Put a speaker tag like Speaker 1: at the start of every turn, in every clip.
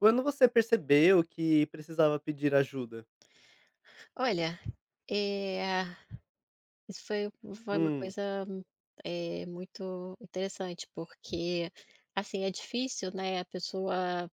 Speaker 1: Quando você percebeu que precisava pedir ajuda?
Speaker 2: Olha, eh, isso foi uma
Speaker 1: Hum,
Speaker 2: coisa, muito interessante, porque, assim, é difícil, né, a pessoa,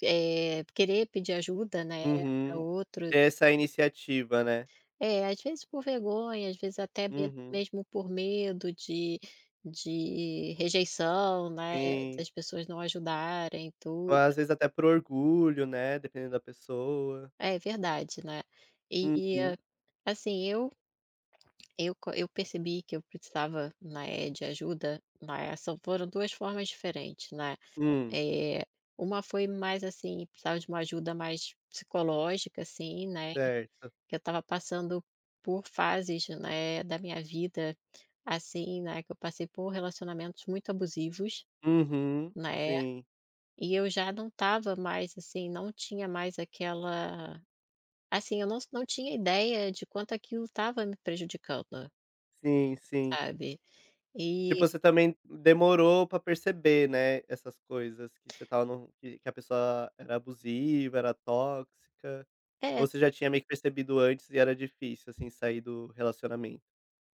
Speaker 2: querer pedir ajuda, né, para
Speaker 1: uhum.
Speaker 2: outros.
Speaker 1: Essa iniciativa, né.
Speaker 2: É, às vezes por vergonha, às vezes até me
Speaker 1: Uhum,
Speaker 2: mesmo por medo de rejeição, né,
Speaker 1: sim.
Speaker 2: das pessoas não ajudarem,
Speaker 1: Ou
Speaker 2: tudo.
Speaker 1: às vezes até por orgulho, né, dependendo da pessoa.
Speaker 2: É verdade, né. E,
Speaker 1: Uhum.
Speaker 2: assim, eu percebi que eu precisava, né, de ajuda, né, são foram 2 formas diferentes, né.
Speaker 1: Hum,
Speaker 2: Eh, uma foi mais, assim, precisava de uma ajuda mais psicológica, assim, né,
Speaker 1: certo.
Speaker 2: que eu estava passando por fases, né, da minha vida, assim, né, que eu passei por relacionamentos muito abusivos,
Speaker 1: Uhum.
Speaker 2: né,
Speaker 1: Sim,
Speaker 2: e eu já não estava mais, assim, não tinha mais aquela assim, eu não tinha ideia de quanto aquilo estava me prejudicando,
Speaker 1: sim, sim.
Speaker 2: sabe. E
Speaker 1: Tipo, você também demorou pra perceber, né, essas coisas que você estava num que a pessoa era abusiva, era tóxica,
Speaker 2: é.
Speaker 1: ou você já tinha meio que percebido antes e era difícil, assim, sair do relacionamento?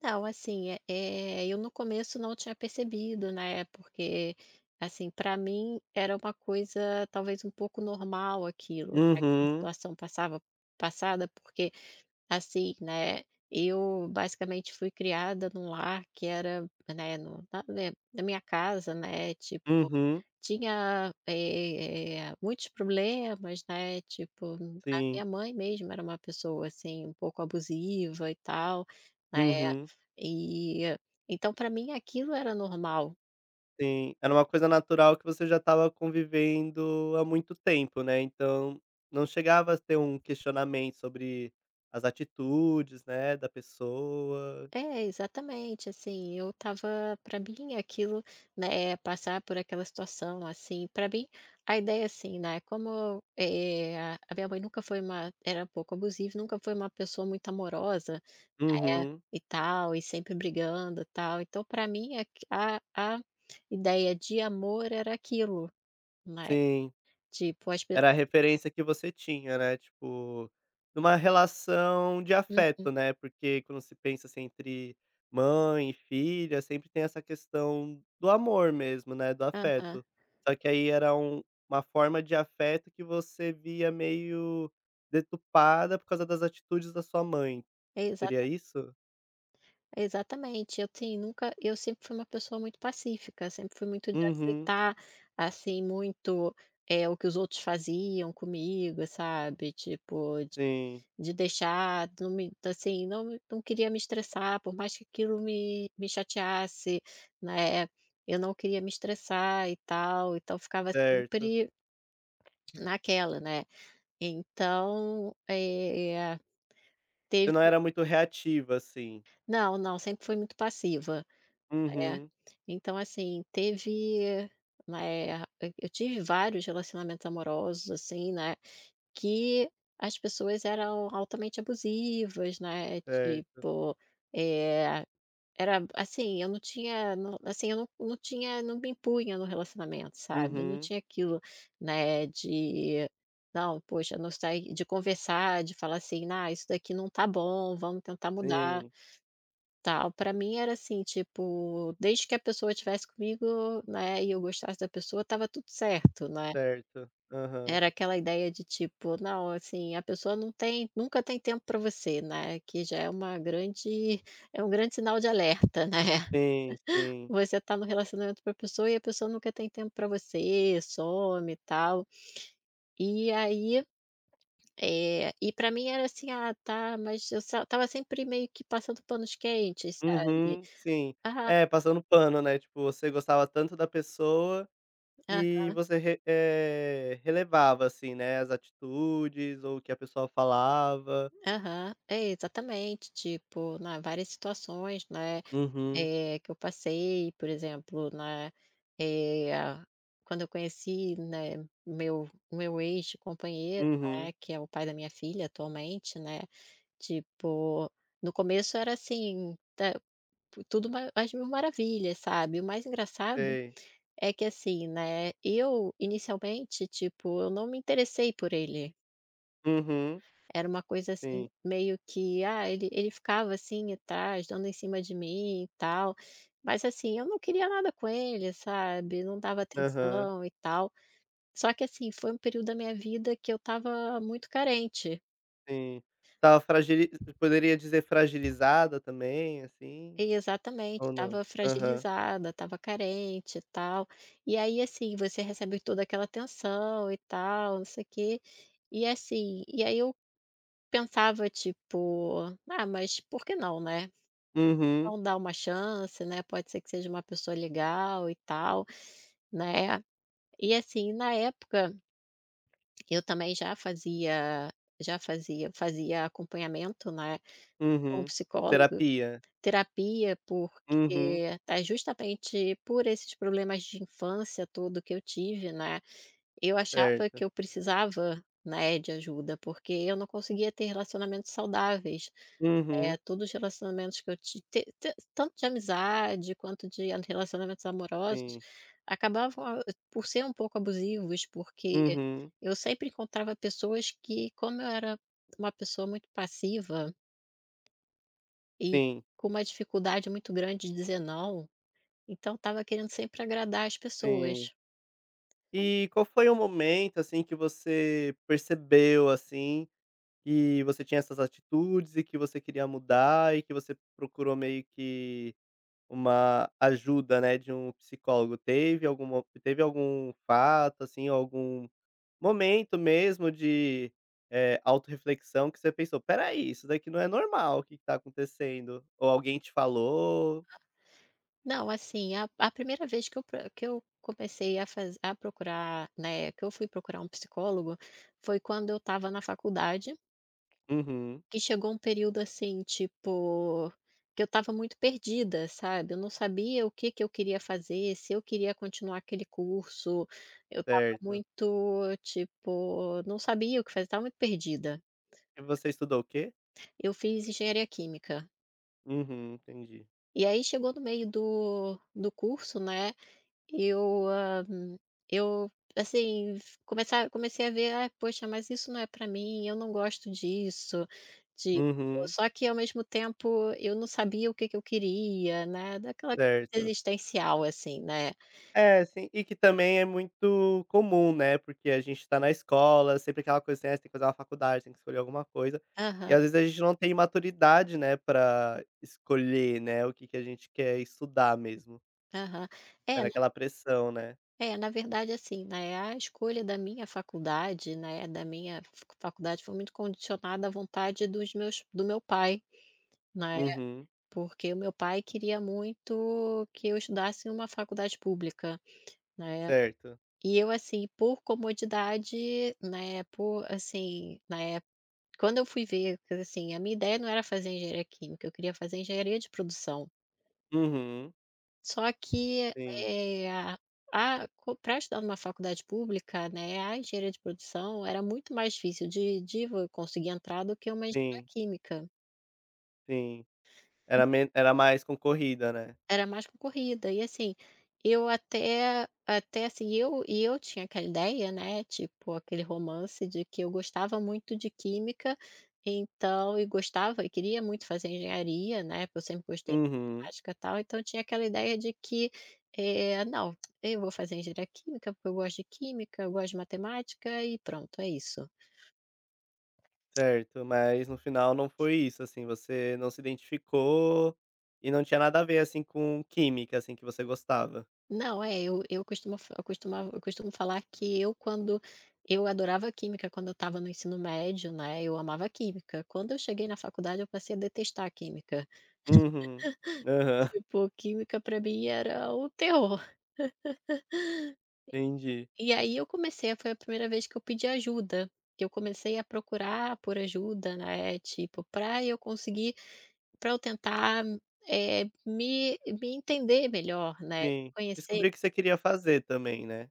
Speaker 2: Não, assim, eu no começo não tinha percebido, né, porque, assim, para mim era uma coisa talvez um pouco normal aquilo, né, a
Speaker 1: Uhum.
Speaker 2: situação passava passada, porque, assim, né, eu basicamente fui criada num lar que era, né, no na né, na minha casa, né,
Speaker 1: Uhum,
Speaker 2: tinha, muitos problemas, né, tipo, a
Speaker 1: sim.
Speaker 2: minha mãe mesmo era uma pessoa, assim, um pouco abusiva e tal, né,
Speaker 1: Uhum,
Speaker 2: e então para mim aquilo era normal.
Speaker 1: sim. Era uma coisa natural que você já estava convivendo há muito tempo, né, então não chegava a ter um questionamento sobre as atitudes, né, da pessoa.
Speaker 2: É, exatamente, assim, eu estava para mim aquilo, né, passar por aquela situação, assim, para mim a ideia, assim, né, como, a minha mãe nunca foi uma era um pouco abusiva, nunca foi uma pessoa muito amorosa. É,
Speaker 1: Uhum,
Speaker 2: e tal, e sempre brigando, tal. Então para mim a ideia de amor era aquilo, né.
Speaker 1: sim.
Speaker 2: Tipo, as pe
Speaker 1: Era a referência que você tinha, né, tipo, numa relação de
Speaker 2: uhum,
Speaker 1: afeto, né, porque quando se pensa, assim, entre mãe e filha, sempre tem essa questão do amor mesmo, né, do
Speaker 2: aham.
Speaker 1: afeto. Só que aí era uma forma de afeto que você via meio deturpada por causa das atitudes da sua mãe,
Speaker 2: exa
Speaker 1: seria isso?
Speaker 2: Exatamente, eu assim, nunca eu sempre fui uma pessoa muito pacífica, sempre fui muito de
Speaker 1: Uhum,
Speaker 2: aceitar, assim, muito, o que os outros faziam comigo, sabe, tipo, de
Speaker 1: sim,
Speaker 2: de deixar, não me assim, não me não queria me estressar, por mais que aquilo me chateasse, né, eu não queria me estressar e tal, então ficava
Speaker 1: certo.
Speaker 2: sempre naquela, né. Então,
Speaker 1: Você
Speaker 2: teve
Speaker 1: não era muito reativa, assim.
Speaker 2: não, não, sempre fui muito passiva. É,
Speaker 1: Uhum,
Speaker 2: então assim, teve, né, eu tive vários relacionamentos amorosos, assim, né, que as pessoas eram altamente abusivas, né,
Speaker 1: certo.
Speaker 2: tipo, eh, era assim, eu não tinha não assim, eu não não tinha não me impunha no relacionamento, sabe, eu não
Speaker 1: Uhum,
Speaker 2: tinha aquilo, né, de não, poxa, não sai de conversar, de falar assim: "Ah, isso daqui não tá bom, vamos tentar mudar".
Speaker 1: sim.
Speaker 2: Tal, pra mim era assim, tipo, desde que a pessoa estivesse comigo, né, e eu gostasse da pessoa, estava tudo certo, né.
Speaker 1: Certo. Aham.
Speaker 2: Era aquela ideia de tipo: "Não, assim, a pessoa não tem nunca tem tempo pra você", né, que já é uma grande é um grande sinal de alerta, né.
Speaker 1: Sim, sim.
Speaker 2: Você tá no relacionamento com a pessoa e a pessoa nunca tem tempo pra você, some e tal. E aí, pra mim era assim: "Ah, tá", mas eu só estava sempre meio que passando panos quentes, sabe.
Speaker 1: Uhum, sim.
Speaker 2: "Ah,
Speaker 1: É, passando pano, né, tipo, você gostava tanto da pessoa
Speaker 2: ah."
Speaker 1: e você relevava, assim, né, as atitudes ou o que a pessoa falava.
Speaker 2: Aham, é, exatamente. Tipo, na várias situações, né,
Speaker 1: Uhum,
Speaker 2: que eu passei, por exemplo, né, eh, a quando eu conheci, né, meu ex-companheiro,
Speaker 1: uhum,
Speaker 2: né, que é o pai da minha filha atualmente, né, tipo, no começo era assim, ta tudo uma às mil maravilhas, sabe. O mais engraçado
Speaker 1: sei.
Speaker 2: é que, assim, né, eu inicialmente, tipo, eu não me interessei por ele.
Speaker 1: Uhum,
Speaker 2: Era uma coisa assim,
Speaker 1: sim.
Speaker 2: meio que, ah, ele ficava assim atrás, dando em cima de mim e tal, mas assim, eu não queria nada com ele, sabe, não dava
Speaker 1: Aham,
Speaker 2: atenção e tal. Só que assim, foi um período da minha vida que eu estava muito carente.
Speaker 1: sim. Estava fragili Poderia dizer fragilizada também, assim,
Speaker 2: E exatamente,
Speaker 1: ou não?
Speaker 2: estava
Speaker 1: Aham.
Speaker 2: fragilizada, estava carente e tal. E aí assim, você recebe toda aquela atenção e tal, não sei o quê. E assim, e aí eu pensava tipo: "Ah, mas por que não, né?"
Speaker 1: Uhum,
Speaker 2: Não dá uma chance, né, pode ser que seja uma pessoa legal e tal, né. E assim, na época, eu também já fazia fazia acompanhamento, né, com um
Speaker 1: uhum.
Speaker 2: psicólogo,
Speaker 1: Terapia.
Speaker 2: terapia,
Speaker 1: Uhum,
Speaker 2: porque tá justamente por esses problemas de infância todo que eu tive, né, eu achava
Speaker 1: certo.
Speaker 2: que eu precisava, né, de ajuda, porque eu não conseguia ter relacionamentos saudáveis. É,
Speaker 1: Uhum,
Speaker 2: todos os relacionamentos que eu tive tanto de amizade quanto de relacionamentos amorosos,
Speaker 1: sim.
Speaker 2: acabavam a por ser um pouco abusivos, porque
Speaker 1: Uhum.
Speaker 2: eu sempre encontrava pessoas que, como eu era uma pessoa muito passiva e
Speaker 1: Sim,
Speaker 2: com uma dificuldade muito grande de dizer não, então estava querendo sempre agradar as
Speaker 1: sim.
Speaker 2: pessoas.
Speaker 1: E qual foi o momento, assim, que você percebeu, assim, que você tinha essas atitudes e que você queria mudar e que você procurou meio que uma ajuda, né, de um psicólogo? Teve algum fato, assim, algum momento mesmo de, autorreflexão que você pensou: "Espera aí, isso daqui não é normal, o que que tá acontecendo?" Ou alguém te falou?
Speaker 2: Não, assim, a primeira vez que eu comecei a procurar, né, que eu fui procurar um psicólogo, foi quando eu estava na faculdade.
Speaker 1: Uhum,
Speaker 2: Que chegou um período, assim, tipo, que eu estava muito perdida, sabe, eu não sabia o que que eu queria fazer, se eu queria continuar aquele curso, eu estava
Speaker 1: certo.
Speaker 2: muito, tipo, não sabia o que fazer, estava muito perdida.
Speaker 1: E você estudou o quê?
Speaker 2: Eu fiz engenharia química,
Speaker 1: Uhum, entendi.
Speaker 2: e aí chegou no meio do curso, né. Eu, hã, eu, assim, começar comecei a ver: "Ah, poxa, mas isso não é para mim, eu não gosto disso", tipo,
Speaker 1: Uhum,
Speaker 2: só que ao mesmo tempo eu não sabia o que que eu queria, né, daquela coisa
Speaker 1: certo.
Speaker 2: existencial, assim, né.
Speaker 1: É, sim, e que também é muito comum, né, porque a gente tá na escola, sempre aquela coisa assim: "Ah, você tem que fazer uma faculdade, tem que escolher alguma coisa", e
Speaker 2: Aham,
Speaker 1: às vezes a gente não tem maturidade, né, pra escolher, né, o que que a gente quer estudar mesmo.
Speaker 2: aham.
Speaker 1: É
Speaker 2: É, na-
Speaker 1: naquela pressão, né.
Speaker 2: é, na verdade, assim, né, a escolha da minha faculdade, né, da minha faculdade foi muito condicionada à vontade dos meus do meu pai, né.
Speaker 1: Uhum,
Speaker 2: Porque o meu pai queria muito que eu estudasse em uma faculdade pública, né.
Speaker 1: certo.
Speaker 2: E eu, assim, por comodidade, né, por assim, na época quando eu fui ver, que, assim, a minha ideia não era fazer engenharia química, eu queria fazer engenharia de produção.
Speaker 1: Uhum,
Speaker 2: Só que,
Speaker 1: sim,
Speaker 2: para estudar numa faculdade pública, né, a engenharia de produção era muito mais difícil de vo conseguir entrar do que uma engenharia
Speaker 1: sim,
Speaker 2: química.
Speaker 1: sim. Era mais concorrida, né.
Speaker 2: Era mais com corrida. E assim, eu até assim, eu tinha aquela ideia, né, tipo aquele romance de que eu gostava muito de química, então gostava e queria muito fazer engenharia, né, porque eu sempre gostei de
Speaker 1: Uhum.
Speaker 2: matemática e tal, então tinha aquela ideia de que, "Não, eu vou fazer engenharia química, porque eu gosto de química, eu gosto de matemática e pronto, é isso".
Speaker 1: Certo, mas no final não foi isso, assim, você não se identificou e não tinha nada a ver, assim, com química, assim, que você gostava?
Speaker 2: Não, é, eu costumo falar que eu quando eu adorava química quando eu estava no ensino médio, né, eu amava química. Quando eu cheguei na faculdade, eu passei a detestar química.
Speaker 1: Uhum. Aham,
Speaker 2: Tipo, química para mim era o terror.
Speaker 1: entendi.
Speaker 2: E aí eu comecei foi a primeira vez que eu pedi ajuda, que eu comecei a procurar por ajuda, né, tipo, para eu tentar, me entender melhor, né,
Speaker 1: Sim.
Speaker 2: conhecer
Speaker 1: Descobri o que você queria fazer também, né?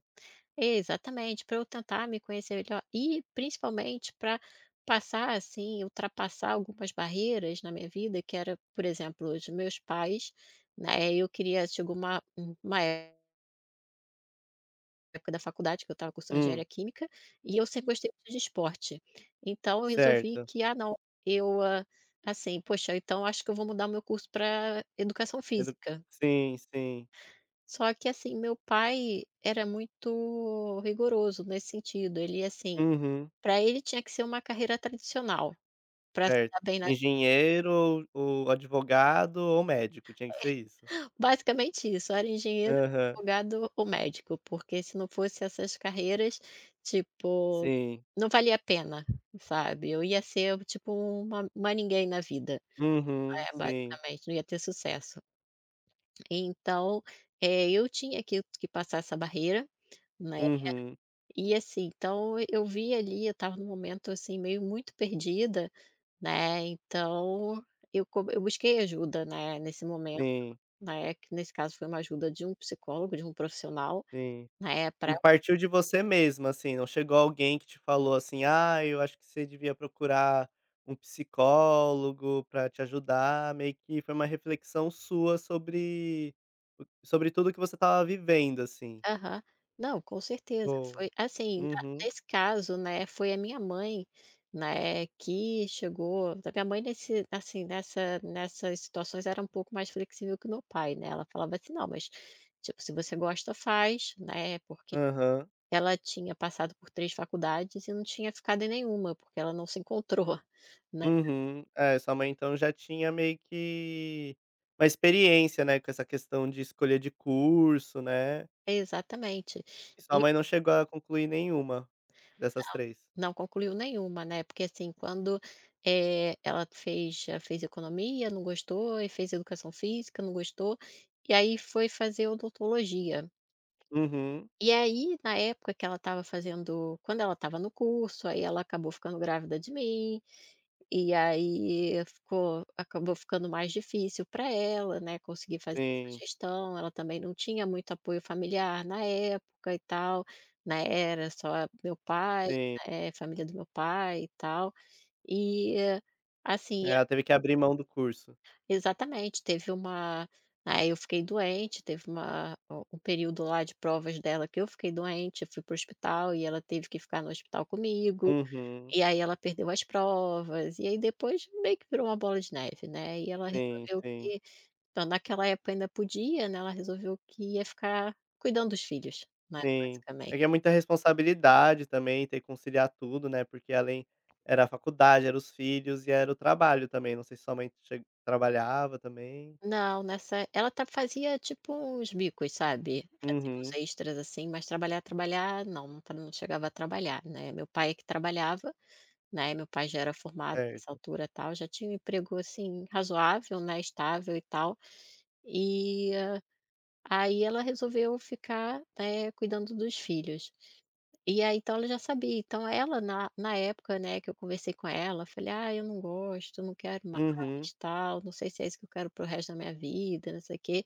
Speaker 2: Exatamente, para eu tentar me conhecer melhor e principalmente para passar, assim, ultrapassar algumas barreiras na minha vida, que era, por exemplo, os meus pais, né, eu queria chegou uma época da faculdade que eu estava cursando
Speaker 1: Hum,
Speaker 2: engenharia química, e eu sempre gostei muito de esporte. Então eu resolvi
Speaker 1: certo.
Speaker 2: que: "Ah não, eu, ah, assim, poxa, então acho que eu vou mudar o meu curso para educação
Speaker 1: Edu
Speaker 2: física".
Speaker 1: Sim, sim.
Speaker 2: Só que, assim, meu pai era muito rigoroso nesse sentido, ele, assim
Speaker 1: Uhum,
Speaker 2: para ele tinha que ser uma carreira tradicional, para se
Speaker 1: certo.
Speaker 2: dar bem na
Speaker 1: Engenheiro ou advogado ou médico, tinha que ser isso.
Speaker 2: basicamente isso, era engenheiro,
Speaker 1: Aham,
Speaker 2: advogado ou médico, porque se não fosse essas carreiras, tipo,
Speaker 1: sim.
Speaker 2: não valia a pena, sabe. Eu ia ser tipo uma ninguém na vida,
Speaker 1: Uhum,
Speaker 2: é,
Speaker 1: sim.
Speaker 2: basicamente, não ia ter sucesso. Então, eu tinha que passar essa barreira, né,
Speaker 1: Uhum,
Speaker 2: e assim, então eu vi ali, eu estava num momento, assim, meio muito perdida, né, então eu busquei ajuda, né, nesse momento.
Speaker 1: sim,
Speaker 2: Né, que nesse caso foi uma ajuda de um psicólogo, de um profissional,
Speaker 1: sim.
Speaker 2: né, para
Speaker 1: Partiu de você mesma, assim, não chegou alguém que te falou assim: "Ah, eu acho que você devia procurar um psicólogo pra te ajudar", meio que foi uma reflexão sua sobre o sobre tudo que você estava vivendo, assim.
Speaker 2: aham. Não, com certeza, foi
Speaker 1: Boa.
Speaker 2: assim, na
Speaker 1: Uhum.
Speaker 2: nesse caso, né, foi a minha mãe, né, que chegou a minha mãe nesse assim, nessa nessas situações era um pouco mais flexível que o meu pai, né, ela falava assim: "Não, mas, tipo, se você gosta, faz", né, porque
Speaker 1: Aham.
Speaker 2: ela tinha passado por 3 faculdades e não tinha ficado em nenhuma, porque ela não se encontrou, né.
Speaker 1: Uhum. É, sua mãe então já tinha meio que uma experiência, né, com essa questão de escolha de curso, né.
Speaker 2: Exatamente.
Speaker 1: E sua mãe não chegou a concluir nenhuma dessas três.
Speaker 2: Não concluiu nenhuma, né, porque assim, quando, ela fez economia, não gostou, e fez educação física, não gostou, e aí foi fazer odontologia.
Speaker 1: Uhum.
Speaker 2: E aí, na época que ela estava fazendo quando ela estava no curso, aí ela acabou ficando grávida de mim, e aí ficou acabou ficando mais difícil para ela, né, conseguir fazer essa
Speaker 1: Sim,
Speaker 2: gestão, ela também não tinha muito apoio familiar na época e tal, né, era só meu pai,
Speaker 1: sim.
Speaker 2: família do meu pai e tal. E, assim
Speaker 1: É, ela teve que abrir mão do curso.
Speaker 2: exatamente, teve uma aí eu fiquei doente, teve um período lá de provas dela que eu fiquei doente, eu fui para o hospital e ela teve que ficar no hospital comigo.
Speaker 1: Uhum.
Speaker 2: E aí ela perdeu as provas, e aí depois meio que virou uma bola de neve, né, e ela
Speaker 1: Sim,
Speaker 2: resolveu
Speaker 1: sim,
Speaker 2: que então naquela época ainda podia, né, ela resolveu que ia ficar cuidando dos filhos, né,
Speaker 1: sim. É
Speaker 2: basicamente.
Speaker 1: que é muita responsabilidade também ter que conciliar tudo, né, porque além era a faculdade, era os filhos e era o trabalho também, não sei se sua mãe che trabalhava também.
Speaker 2: Não, nessa ela tá fazia tipo uns bicos, sabe, fazia uns
Speaker 1: Uhum.
Speaker 2: extras, assim, mas trabalhar, trabalhar não, não tra não chegava a trabalhar, né, meu pai é que trabalhava, né, meu pai já era formado nessa
Speaker 1: Certo.
Speaker 2: altura, tal, já tinha um emprego, assim, razoável, né, estável e tal, e ah, Aí ela resolveu ficar, né, cuidando dos filhos. E aí então ela já sabia, então ela na época, né, que eu conversei com ela, falei: "Ah, eu não gosto, não quero mais,
Speaker 1: Uhum.
Speaker 2: tal, não sei se é isso que eu quero para o resto da minha vida, não sei o quê".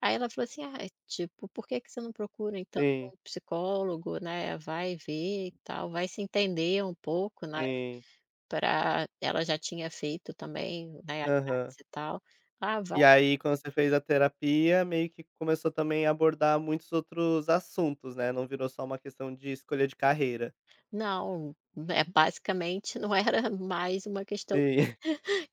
Speaker 2: Aí ela falou assim: "Ah, tipo, por que que você não procura então
Speaker 1: Sim,
Speaker 2: um psicólogo, né, vai ver e tal, vai se entender um pouco, né,
Speaker 1: sim.
Speaker 2: pra" ela já tinha feito também, né,
Speaker 1: Aham.
Speaker 2: análise e tal. "Ah, vai."
Speaker 1: E aí quando você fez a terapia, meio que começou também a abordar muitos outros assuntos, né, não virou só uma questão de escolha de carreira.
Speaker 2: Não, é basicamente não era mais uma questão
Speaker 1: Sim.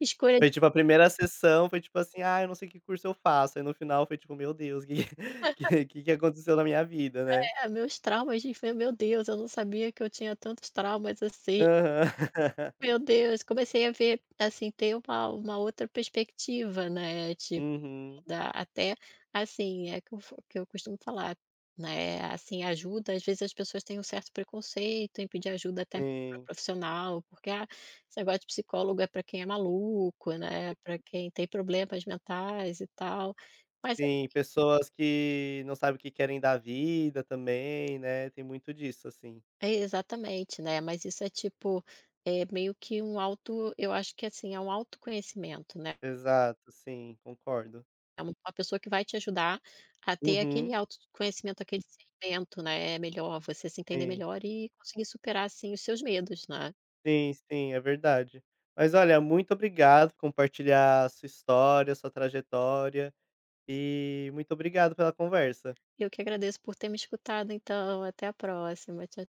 Speaker 2: escolha de
Speaker 1: Foi tipo a primeira sessão, foi tipo assim: "Ah, eu não sei que curso eu faço", aí no final foi tipo: "Meu Deus, que que que aconteceu na minha vida, né".
Speaker 2: "Ah, meus traumas de infância, meu Deus, eu não sabia que eu tinha tantos traumas assim,
Speaker 1: Aham.
Speaker 2: meu Deus", comecei a ver, assim, ter uma outra perspectiva, né, tipo
Speaker 1: Uhum.
Speaker 2: da até, assim, é que eu f que eu costumo falar, né, assim, ajuda, às vezes as pessoas têm um certo preconceito em pedir ajuda até pra
Speaker 1: Sim,
Speaker 2: profissional, porque: "Ah, esse negócio de psicólogo é para quem é maluco, né, para quem tem problemas mentais e tal", mas
Speaker 1: sim, pessoas que não sabem o que querem da vida também, né, tem muito disso, assim.
Speaker 2: É, exatamente, né, mas isso é tipo, é meio que um auto eu acho que, assim, é um autoconhecimento, né,
Speaker 1: Exato, sim, concordo.
Speaker 2: é uma pessoa que vai te ajudar a ter aquele
Speaker 1: Uhum.
Speaker 2: autoconhecimento, aquele sentimento né, é melhor, você se entender
Speaker 1: Sim,
Speaker 2: melhor e conseguir superar, assim, os seus medos, né.
Speaker 1: sim, sim, é verdade. Mas olha, muito obrigado por compartilhar sua história, sua trajetória, e muito obrigado pela conversa.
Speaker 2: Eu que agradeço por ter me escutado então, até a próxima. Tcha